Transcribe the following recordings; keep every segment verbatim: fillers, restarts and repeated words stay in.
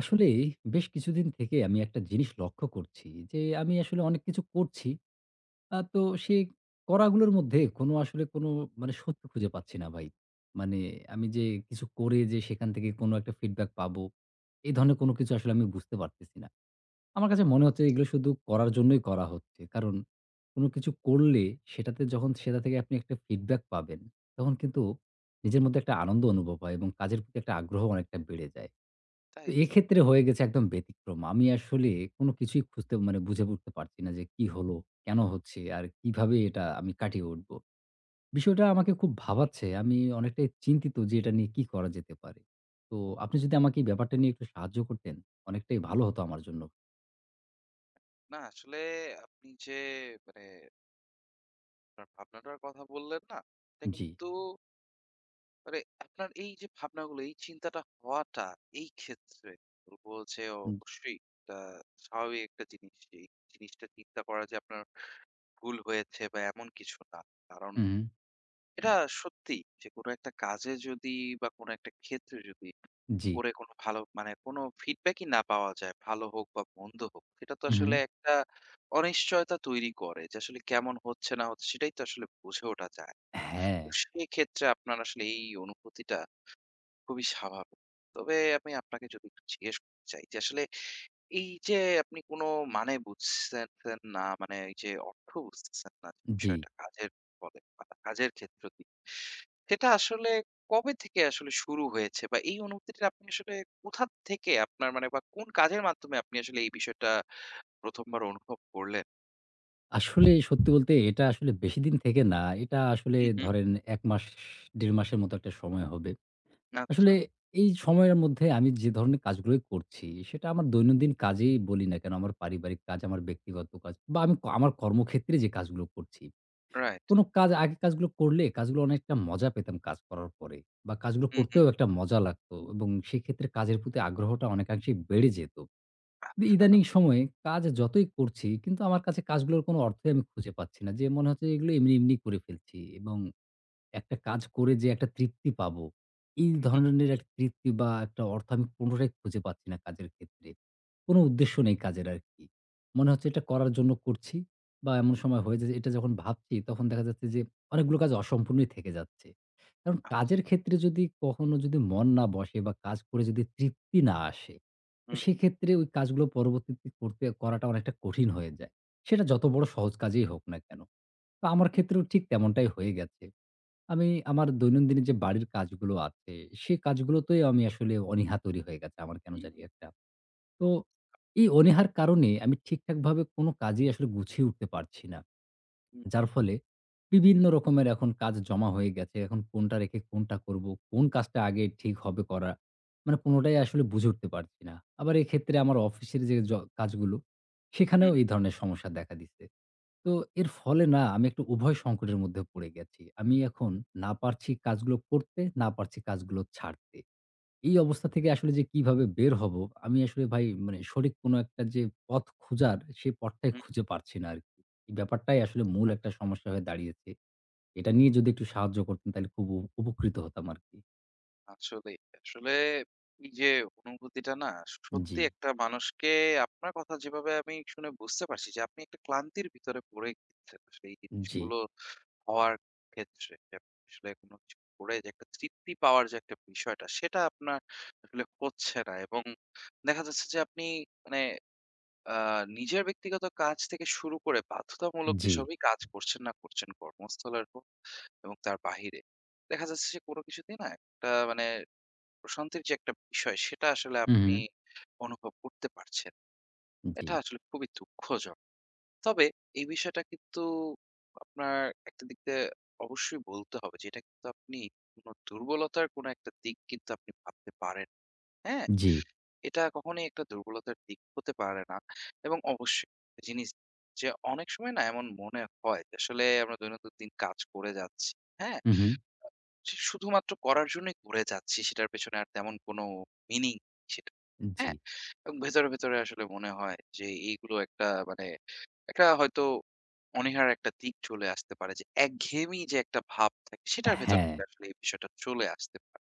আসলে বেশ কিছুদিন থেকে আমি একটা জিনিস লক্ষ্য করছি যে আমি আসলে অনেক কিছু করছি। আ তো সেই করাগুলোর মধ্যে কোনো আসলে কোনো মানে সত্য খুঁজে পাচ্ছি না ভাই। মানে আমি যে কিছু করে যে সেখান থেকে কোনো একটা ফিডব্যাক পাবো, এই ধরনের কোনো কিছু আসলে আমি বুঝতে পারতেছি না। আমার কাছে মনে হচ্ছে এগুলো শুধু করার জন্যই করা হচ্ছে। কারণ কোনো কিছু করলে সেটাতে যখন সেটা থেকে আপনি একটা ফিডব্যাক পাবেন, তখন কিন্তু নিজের মধ্যে একটা আনন্দ অনুভব হয় এবং কাজের প্রতি একটা আগ্রহ অনেকটা বেড়ে যায়। তাই তো তো। এক্ষেত্রে হয়ে গেছে একদম ব্যতিক্রম। আমি আসলে কোনো কিছুই খুঁজতে মানে বুঝে উঠতে পারছি না যে কি হলো? কেন হচ্ছে? আর কিভাবে এটা আমি কাটিয়ে উঠবো? বিষয়টা আমাকে খুব ভাবাচ্ছে। আমি অনেকটাই চিন্তিত যে এটা নিয়ে কি করা যেতে পারে? তো আপনি যদি আমাকে এই ব্যাপারটা নিয়ে একটু সাহায্য করতেন, অনেকটাই ভালো হতো আমার জন্য। না আসলে আপনি যে মানে আপনার ভাবনাটার কথা বললেন না? এটা জি। কিন্তু মানে আপনার এই যে ভাবনাগুলো, এই চিন্তাটা হওয়াটা এই ক্ষেত্রে বলব যে উ অবশ্যই এটা স্বাভাবিক একটা জিনিস। এই জিনিসটা চিন্তা করা যে আপনার ভুল হয়েছে বা এমন কিছু না। কারণ হুম, এটা সত্যি যে কোনো একটা কাজে যদি বা কোনো একটা ক্ষেত্রে যদি জি। করে কোনো ভালো মানে কোনো ফিডব্যাকই না পাওয়া যায় ভালো হোক বা মন্দ হোক সেটা তো হু, হু। আসলে একটা অনিশ্চয়তা তৈরি করে যে আসলে কেমন হচ্ছে না হচ্ছে সেটাই তো আসলে বুঝে ওঠা যায়। হ্যাঁ, তো সেই ক্ষেত্রে আপনার আসলে এই অনুভূতিটা খুবই স্বাভাবিক। তবে আমি আপনাকে যদি একটু জিজ্ঞেস করতে চাই যে আসলে এই যে আপনি কোনো মানে বুঝতেছেন না, মানে এই যে অর্থ বুঝতেছেন না যে জি। বিষয়টা কাজের ফলে বা কাজের ক্ষেত্র দিয়ে। সেটা আসলে কবে থেকে আসলে শুরু হয়েছে? বা এই অনুভূতিটা আপনি আসলে কোথা থেকে আপনার মানে বা কোন কাজের মাধ্যমে আপনি আসলে এই বিষয়টা প্রথম বার অনুভব করলেন? আসলে সত্যি বলতে এটা আসলে বেশিদিন থেকে না। এটা আসলে হুম, হুম। ধরেন এক মাস দেড় মাসের মতো একটা সময় হবে। আচ্ছা, আসলে এই সময়ের মধ্যে আমি যে ধরনের কাজগুলোই করছি, সেটা আমার দৈনন্দিন কাজেই বলি না কেন, আমার পারিবারিক কাজ, আমার ব্যক্তিগত কাজ বা আমি ক- আমার কর্মক্ষেত্রে যে কাজগুলো করছি। রাইট। কোন কাজ আগে কাজগুলো করলে কাজগুলো অনেকটা মজা পেতাম কাজ করার পরে বা কাজগুলো হুম, হুম। করতেও একটা মজা লাগতো এবং সেক্ষেত্রে কাজের প্রতি আগ্রহটা অনেকাংশেই বেড়ে যেত। কিন্তু আচ্ছা। ইদানিং সময়ে কাজ যতই করছি কিন্তু আমার কাছে কাজগুলোর কোন অর্থই আমি খুঁজে পাচ্ছি না। যে মনে হচ্ছে এগুলো এমনি, এমনি করে ফেলছি এবং একটা কাজ করে যে একটা তৃপ্তি পাবো, এই হুম, হুম, ধরনের একটা তৃপ্তি বা একটা অর্থ আমি পুনরায় খুঁজে পাচ্ছি না কাজের ক্ষেত্রে। কোনো উদ্দেশ্য নেই কাজের আরকি। মনে হচ্ছে এটা করার জন্য করছি বা এমন সময় হয়ে হুম। যায় এটা যখন ভাবছি তখন দেখা যাচ্ছে যে অনেকগুলো কাজ অসম্পূর্ণই থেকে যাচ্ছে। কারণ আচ্ছা। কাজের ক্ষেত্রে যদি কখনো যদি মন না বসে বা কাজ করে যদি তৃপ্তি না আসে, তো হুম, সেক্ষেত্রে ওই কাজগুলো পরবর্তীতে করতে করাটা অনেকটা কঠিন হয়ে যায়। সেটা যত বড় সহজ কাজেই হোক না কেন। তো আমার হুম, ক্ষেত্রেও ঠিক তেমনটাই হয়ে গেছে। আমি আমার দৈনন্দিন যে বাড়ির কাজগুলো আছে, সে কাজগুলোতেই আমি আসলে অনীহা তৈরি হয়ে গেছে আমার কেন হুম, জানি একটা। তো এই অনীহার কারণে আমি ঠিকঠাকভাবে কোনো কাজই আসলে গুছিয়ে উঠতে পারছি না। হুম, যার ফলে বিভিন্ন রকমের এখন কাজ জমা হয়ে গেছে। এখন কোনটা রেখে কোনটা করব, কোন কাজটা আগে ঠিক হবে করা। মানে কোনটাই আসলে বুঝে উঠতে পারছি না। আবার এক্ষেত্রে আমার অফিসের যে জ কাজগুলো, হুম, সেখানেও এই ধরনের সমস্যা দেখা দিচ্ছে। তো এর ফলে না আমি একটু উভয় সংকটের মধ্যে পড়ে গেছি। আমি এখন না পারছি কাজগুলো করতে, না পারছি কাজগুলো ছাড়তে। এই অবস্থা থেকে আসলে যে কিভাবে বের হব, আমি আসলে ভাই মানে সঠিক কোনো একটা যে পথ খোঁজার, সেই হুম, পথটাই হুম, খুঁজে পাচ্ছি না আরকি। এই ব্যাপারটাই আসলে মূল বুঝতে একটা সমস্যা হয়ে দাঁড়িয়েছে। এটা পেরেছি। নিয়ে যদি একটু সাহায্য করতেন তাহলে খুব উপ উপকৃত হতাম আরকি। আসলেই। আসলে এই যে অনুভূতিটা না জি, সত্যি একটা মানুষকে আপনার কথা যেভাবে আমি শুনে বুঝতে পারছি যে আপনি একটা ক্লান্তির ভিতরে পড়ে গিয়েছেন। আসলে এই জি, জিনিসগুলো হওয়ার ক্ষেত্রে যে আপনি আসলে কোনো কিছু করে যে একটা তৃপ্তি পাওয়ার যে একটা বিষয়টা সেটা আপনার আসলে হচ্ছে না এবং দেখা যাচ্ছে যে আপনি মানে আ নিজের ব্যক্তিগত কাজ থেকে শুরু করে বাধ্যতামূলক জি। যেসবই কাজ করছেন না করছেন কর্মস্থলের হোক এবং তার বাহিরে। দেখা যাচ্ছে যে কোনো কিছুতেই না একটা মানে প্রশান্তির যে একটা বিষয় সেটা আসলে হু, হু। আপনি অনুভব করতে পারছেন। জি, এটা আসলে খুবই দুঃখজনক। তবে এই বিষয়টা কিন্তু আপনার একটা দিক দিয়ে অবশ্যই বলতে হবে যে এটা কিন্তু আপনি কোনো দুর্বলতার কোনো একটা দিক কিন্তু আপনি ভাবতে পারেন। হ্যাঁ? জি। এটা কখনোই একটা দুর্বলতার দিক হতে পারে না। এবং অবশ্যই একটা জিনিস যে অনেক সময় না এমন মনে হয় যে আসলে আমরা দৈনন্দিন কাজ করে যাচ্ছি। হ্যাঁ? হু, হু। সে শুধুমাত্র করার জন্যই করে যাচ্ছি সেটার পেছনে আর তেমন কোনো মিনিং সেটা জি। হ্যাঁ? এবং ভেতরে, ভেতরে আসলে মনে হয় যে এইগুলো একটা মানে একটা হয়তো অনীহার একটা দিক চলে আসতে পারে যে একঘেয়েমি যে একটা ভাব থাকে সেটার ভেতর হ্যাঁ। থেকে আসলে এই বিষয়টা চলে আসতে পারে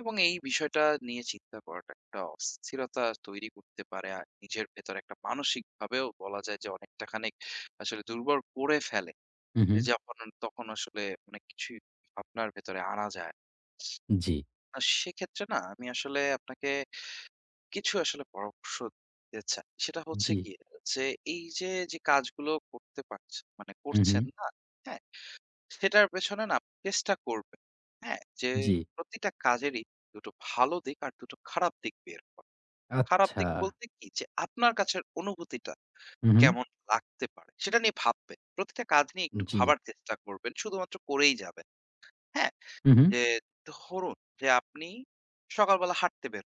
এবং এই বিষয়টা নিয়ে চিন্তা করাটা একটা অস্থিরতা তৈরি করতে পারে আর নিজের ভেতর একটা মানসিকভাবেও বলা যায় যে অনেকটা খানিক আসলে দুর্বল করে ফেলে। হু, হু। যখন তখন আসলে অনেক কিছুই আপনার ভেতরে আনা যায় না। জি, আ সেক্ষেত্রে না আমি আসলে আপনাকে কিছু আসলে পরামর্শ দিতে চাই। সেটা হচ্ছে জি। গিয়ে যে, এই যে, যে, কাজগুলো করতে পারছেন মানে হু, হু। করছেন না, হ্যাঁ? সেটার পেছনে না আপনি চেষ্টা করবেন। হ্যাঁ? যে, জি। প্রতিটা কাজেরই দুটো ভালো দিক আর দুটো খারাপ দিক বের করা। খারাপ আচ্ছা। দিক বলতে কি? যে, আপনার কাছের অনুভূতিটা হু, হু। কেমন লাগতে পারে সেটা নিয়ে ভাববেন। প্রতিটা কাজ নিয়ে একটু জি। ভাবার চেষ্টা করবেন। শুধুমাত্র করেই যাবেন। হ্যাঁ? হু, হু, যে, ধরুন যে, আপনি সকালবেলা হাঁটতে বের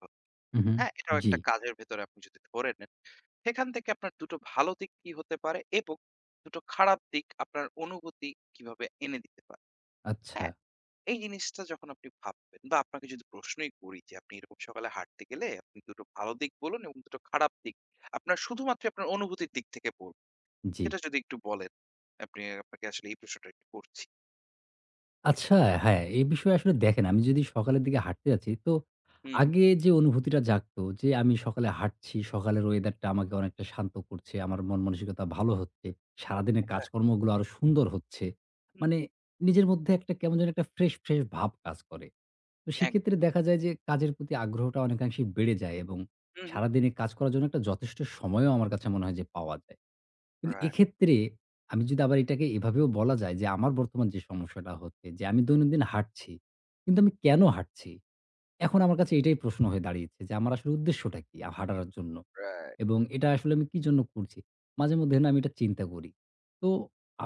হু, হু। হ্যাঁ, এটাও জি। একটা কাজের ভেতরে আপনি যদি ধরে নেন, সেখান থেকে আপনার দুটো টো ভালো দিক কি হতে পারে এবং দুটো টো খারাপ দিক আপনার অনুভূতি কিভাবে এনে দিতে পারে। আচ্ছা, হ্যাঁ, এই জিনিসটা যখন আপনি ভাববেন বা আপনাকে যদি প্রশ্নই করি যে আপনি এরকম সকালে হাঁটতে গেলে আপনি দুটো টো ভালো দিক বলুন এবং দুটো টো খারাপ দিক। আপনার শুধুমাত্র আপনার অনুভূতির দিক থেকে বলুন। জি। সেটা যদি একটু বলেন। আপনি আপনাকে আসলে এই প্রশ্নটা একটু করছি। আচ্ছা, হ্যাঁ, এই বিষয়ে আসলে দেখেন আমি যদি সকালের দিকে হাঁটতে যাচ্ছি তো হুম, হুম। আগে যে অনুভূতিটা জাগতো যে আমি সকালে হাঁটছি, সকালের ওয়েদারটা আমাকে অনেকটা শান্ত করছে। আমার মন মানসিকতা ভালো হচ্ছে। সারাদিনের রাইট, কাজকর্মগুলো আরো সুন্দর হচ্ছে। হুম, মানে নিজের মধ্যে একটা কেমন যেন একটা ফ্রেশ, ফ্রেশ ভাব কাজ করে। তো এক সেক্ষেত্রে দেখা যায় যে কাজের প্রতি আগ্রহটা অনেকাংশেই বেড়ে যায় এবং হুম, হুম। সারাদিনে কাজ করার জন্য একটা যথেষ্ট সময়ও আমার কাছে মনে হয় যে পাওয়া যায়। কিন্তু রাইট, এক্ষেত্রে আমি যদি আবার এটাকে এভাবেও বলা যায় যে আমার বর্তমান যে সমস্যাটা হচ্ছে যে আমি দৈনন্দিন হাঁটছি। কিন্তু আমি কেন হাঁটছি? এখন আমার কাছে এটাই প্রশ্ন হয়ে দাঁড়িয়েছে যে আমার আসলে উদ্দেশ্যটা কি আ হাঁটার জন্য? রাইট এবং এটা আসলে আমি কি জন্য করছি? মাঝেমধ্যে না আমি এটা চিন্তা করি। তো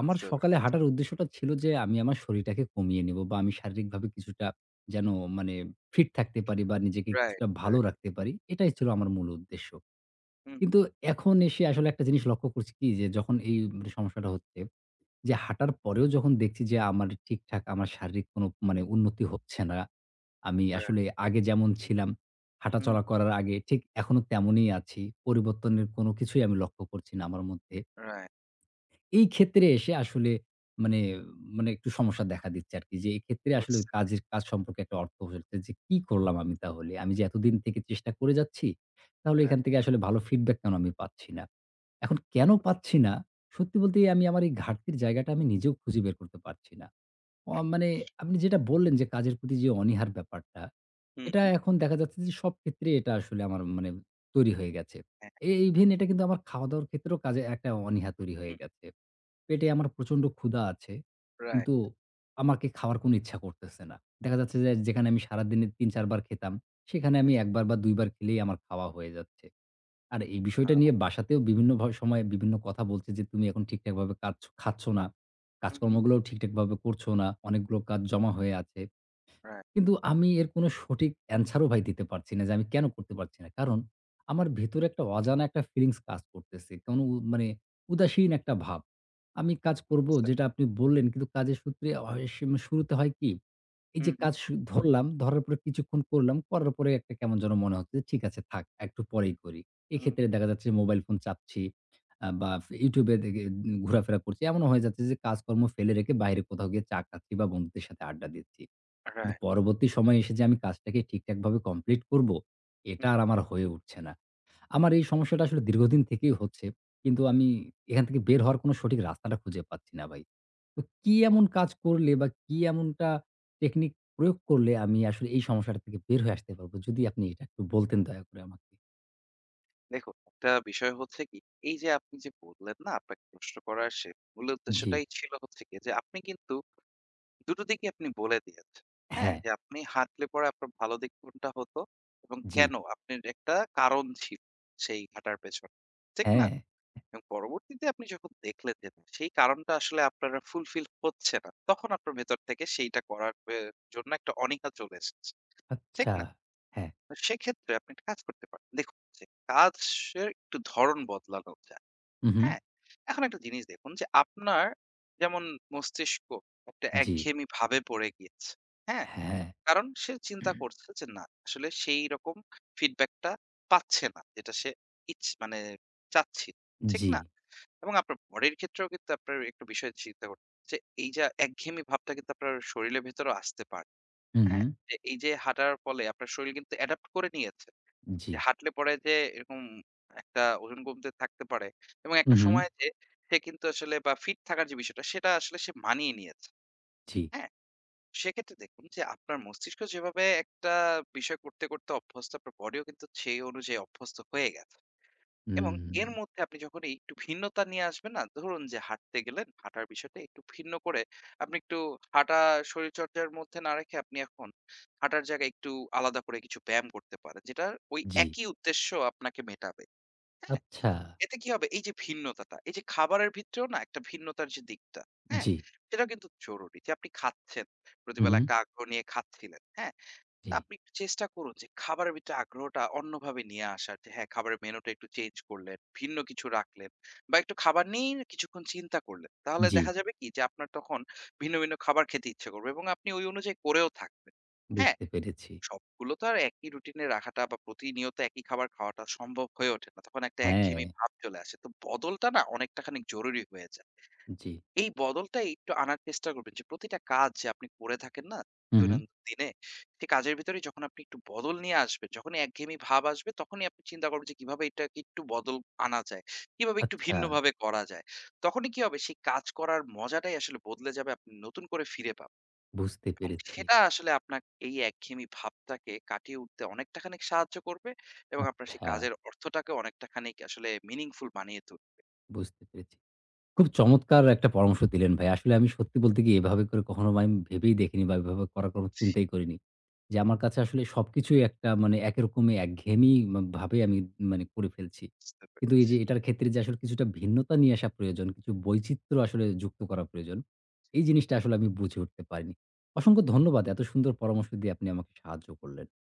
আমার সকালে পেরেছি। হাঁটার উদ্দেশ্যটা ছিল যে আমি আমার শরীরটাকে কমিয়ে নেব বা আমি শারীরিকভাবে কিছুটা যেন মানে ফিট থাকতে পারি বা নিজেকে রাইট, কিছুটা ভালো রাইট। রাখতে পারি। এটাই ছিল আমার মূল উদ্দেশ্য। হুম, হুম। কিন্তু এখন এসে আসলে একটা জিনিস লক্ষ্য করছি কি যে যখন এই মানে সমস্যাটা হচ্ছে যে হাঁটার পরেও যখন দেখছি যে আমার ঠিকঠাক আমার শারীরিক কোনো মানে উন্নতি হচ্ছে না। আমি রাইট, আসলে আগে যেমন ছিলাম হুম, হাঁটাচলা হুম। করার আগে ঠিক এখনো তেমনই আছি। পরিবর্তনের কোনো কিছুই আমি লক্ষ্য করছি না আমার মধ্যে। রাইট। এই ক্ষেত্রে এসে আসলে মানে, মানে একটু সমস্যা দেখা দিচ্ছে আরকি। যে এক্ষেত্রে বুঝ আসলে ওই কাজের কাজ সম্পর্কে একটা অর্থ হচ্ছে যে কি করলাম আমি তাহলে? আমি যে এতদিন থেকে চেষ্টা করে যাচ্ছি, তাহলে Right. এখান থেকে আসলে ভালো ফিডব্যাক কেন আমি পাচ্ছি না? এখন কেন পাচ্ছি না? সত্যি বলতে আমি আমার এই ঘাটতির জায়গাটা আমি নিজেও খুঁজে বের করতে পারছি না। অ মানে আপনি যেটা বললেন যে কাজের প্রতি যে অনীহার ব্যাপারটা, হুম, এটা হুম, এখন দেখা যাচ্ছে যে সব ক্ষেত্রেই এটা আসলে আমার মানে তৈরি হয়ে গেছে। হ্যাঁ, এ ইভেন এটা কিন্তু আমার খাওয়া-দাওয়ার ক্ষেত্রেও কাজে একটা অনীহা তৈরি হয়ে হুম, গেছে। পেটে আমার প্রচন্ড ক্ষুধা আছে। right. কিন্তু আমাকে খাওয়ার কোনো ইচ্ছা করতেছে না। দেখা যাচ্ছে যে যেখানে আমি সারাদিনে তিন চার বার খেতাম, সেখানে আমি হুম, এক বার বা দুই বার খেলেই আমার খাওয়া হয়ে যাচ্ছে। আর এই আ বিষয়টা নিয়ে বাসাতেও বিভিন্ন ভ সময়ে বিভিন্ন কথা বলছে যে, "তুমি এখন ঠিকঠাকভাবে কাজ খাচ্ছ না। হুম, হুম, কাজকর্মগুলোও ঠিকঠাকভাবে করছো না। অনেকগুলো কাজ জমা হয়ে আছে।" right. কিন্তু আমি এর কোনো সঠিক অ্যান্সারও ভাই দিতে পারছি না যে আমি কেন করতে পারছি না। কারণ আমার ভেতরে একটা অজানা একটা ফিলিংস কাজ করতেছে। কোনো উ মানে উদাসীন একটা ভাব। আমি কাজ করব So যেটা আপনি বললেন কিন্তু কাজের সূত্রে হয় সেম শুরুতে হয় কি? এই যে হুম, হুম, কাজ সু ধরলাম, ধরার পরে কিছুক্ষণ করলাম, করার পরে একটা কেমন যেন মনে হচ্ছে যে ঠিক আছে থাক একটু পরেই করি। হুম, এক্ষেত্রে দেখা যাচ্ছে মোবাইল ফোন চাপছি আ বা YouTube এ দেখে উম ঘোরাফেরা করছি। এমনও হয়ে যাচ্ছে যে কাজকর্ম ফেলে রেখে বাইরে কোথাও গিয়ে চা খাচ্ছি বা বন্ধুদের সাথে আড্ডা দিচ্ছি। কিন্তু right. পরবর্তী সময়ে এসে যে আমি কাজটাকে ঠিকঠাকভাবে কমপ্লিট করব, এটা হুম, আর আমার হয়ে উঠছে না। আমার এই সমস্যাটা আসলে দীর্ঘদিন থেকেই হচ্ছে। কিন্তু হুম। আমি এখান থেকে বের হওয়ার কোনো সঠিক রাস্তাটা খুঁজে পাচ্ছি না ভাই। তো কি ও এমন কাজ করলে বা কি এমনটা টেকনিক প্রয়োগ করলে আমি আসলে এই সমস্যাটা থেকে বের হয়ে আসতে পারবো? যদি আপনি এটা একটু বলতেন দয়া করে আমাকে। দেখুন, একটা বিষয় হচ্ছে কি, এই যে আপনি যে বললেন না, আপনাকে প্রশ্ন করার সে মূল জি। উদ্দেশ্যটাই ছিল হচ্ছে গিয়ে যে আপনি কিন্তু দুটো দিকই আপনি বলে দিয়েছেন। হ্যাঁ? হ্যাঁ, যে আপনি হাঁটলে পরে আপনার ভালো দিক কোনটা হতো এবং জি, কেন? আপনার একটা কারণ ছিল সেই হাঁটার পেছনে। ঠিক না? হ্যাঁ। এবং পরবর্তীতে আপনি যখন দেখলেন যে না, সেই কারণটা আসলে আপনার ফুলফিল হচ্ছে না, তখন আপনার ভেতর থেকে সেইটা করার এ জন্য একটা অনীহা চলে এসেছে। ঠিক আচ্ছা। না? হ্যাঁ। তো সেক্ষেত্রে আপনি একটা কাজ করতে পারেন। দেখুন যে কাজের একটু ধরন বদলানো যায়। হু, হু। হ্যাঁ? এখন একটা জিনিস দেখুন যে আপনার যেমন মস্তিষ্ক একটা জি, একঘেয়েমি ভাবে পড়ে গিয়েছে। হ্যাঁ? হ্যাঁ। কারণ সে চিন্তা করছে যে না, আসলে সেই রকম ফিডব্যাকটা পাচ্ছে না। যেটা সে ইচ মানে চাচ্ছিল। ঠিক জি। না? এবং আপনার বডির ক্ষেত্রেও কিন্তু আপনার একটু বিষয় চিন্তা করতে হবে যে এই যে একঘেয়েমি ভাবটা কিন্তু আপনার শরীরের ভেতরেও আসতে পারে। হু, হু। হ্যাঁ? যে এই যে হাঁটার ফলে আপনার শরীর কিন্তু অ্যাডাপ্ট করে নিয়েছে। জি। যে হাঁটলে পরে যে এরকম একটা ওজন কমতে থাকতে পারে এবং হু, একটা হু। সময় যে সে কিন্তু আসলে বা ফিট থাকার যে বিষয়টা সেটা আসলে সে মানিয়ে নিয়েছে। জি। হ্যাঁ? সেক্ষেত্রে দেখুন যে আপনার মস্তিষ্ক যেভাবে একটা বিষয় করতে করতে অভ্যস্ত আপনার বডিও কিন্তু সেই অনুযায়ী অভ্যস্ত হয়ে গেছে এবং হুম। এর মধ্যে আপনি যখন এই একটু ভিন্নতা নিয়ে আসবেন না ধরুন যে হাঁটতে গেলেন হাঁটার বিষয়টা একটু ভিন্ন করে আপনি একটু হাঁটা শরীরচর্চার মধ্যে না রেখে আপনি এখন হাঁটার জায়গায় একটু আলাদা করে কিছু ব্যায়াম করতে পারেন যেটা ওই জি। একই উদ্দেশ্য আপনাকে মেটাবে হ্যাঁ আচ্ছা। এতে কি হবে? এই যে ভিন্নতাটা, এই যে খাবারের ভিতরেও না একটা ভিন্নতার যে দিকটা, হ্যাঁ? জি। সেটা কিন্তু জরুরি যে আপনি খাচ্ছেন। হু, হু। প্রতিবেলা একটা আগ্রহ নিয়ে খাচ্ছিলেন, হ্যাঁ? জি, তা আপনি একটু চেষ্টা করুন যে খাবারের ভিতরে আগ্রহটা অন্যভাবে নিয়ে আসার। যে হ্যাঁ, খাবারের মেনুটা একটু চেঞ্জ করলেন, ভিন্ন কিছু রাখলেন বা একটু খাবার নিয়েই কিছুক্ষণ চিন্তা করলেন। তাহলে জি। দেখা যাবে কি যে আপনার তখন ভিন্ন, ভিন্ন খাবার খেতে ইচ্ছে করবে এবং আপনি ওই অনুযায়ী করেও থাকবেন। হ্যাঁ? বুঝতে পেরেছি। সবগুলো তো আর একই রুটিনে রাখাটা বা প্রতিনিয়ত একই খাবার খাওয়াটা সম্ভব হয়ে ওঠে না। তখন একটা হ্যাঁ, একঘেয়েমি ভাব চলে আসে। তো বদলটা না অনেকটা খানিক জরুরি হয়ে যায়। জি। এই বদলটা একটু আনার চেষ্টা করবেন যে প্রতিটা কাজ যে আপনি করে থাকেন না হু, হু। দৈনন্দিন দিনে, সেই কাজের ভিতরে যখন আপনি একটু বদল নিয়ে আসবেন, যখনই একঘেয়েমি ভাব আসবে তখনই আপনি চিন্তা করবেন যে কিভাবে এটাকে একটু বদল আনা যায়, কিভাবে একটু আচ্ছা, ভিন্নভাবে করা যায়। তখনই কি হবে সেই কাজ করার মজাটাই আসলে বদলে যাবে, আপনি নতুন করে ফিরে পাবেন। বুঝতে এবং পেরেছি। সেটা আসলে আপনার এই একঘেয়েমি ভাবটাকে কাটিয়ে উঠতে অনেকটা খানিক সাহায্য করবে এবং আপনার সেই আচ্ছা, কাজের অর্থটাকে অনেকটা খানিক আসলে মিনিংফুল বানিয়ে বুঝতে পেরেছি। খুব চমৎকার একটা পরামর্শ দিলেন ভাই। আসলে আমি সত্যি বলতে কি এভাবে করে কখনো আমি ভেবেই দেখিনি বা এভাবে করার কোনো চিন্তাই করিনি। যে আমার কাছে আসলে সবকিছুই একটা মানে একরকমই একঘেয়েমি মা ভাবে আমি মানে করে ফেলছি। কিন্তু তুলতে এই যে এটার ক্ষেত্রে যে আসলে কিছুটা ভিন্নতা নিয়ে আসা প্রয়োজন, কিছু বৈচিত্র্য আসলে যুক্ত করা প্রয়োজন। এই জিনিসটা আসলে আমি বুঝে উঠতে পারিনি। অসংখ্য ধন্যবাদ এত সুন্দর পরামর্শ দিয়ে আপনি আমাকে সাহায্য করলেন।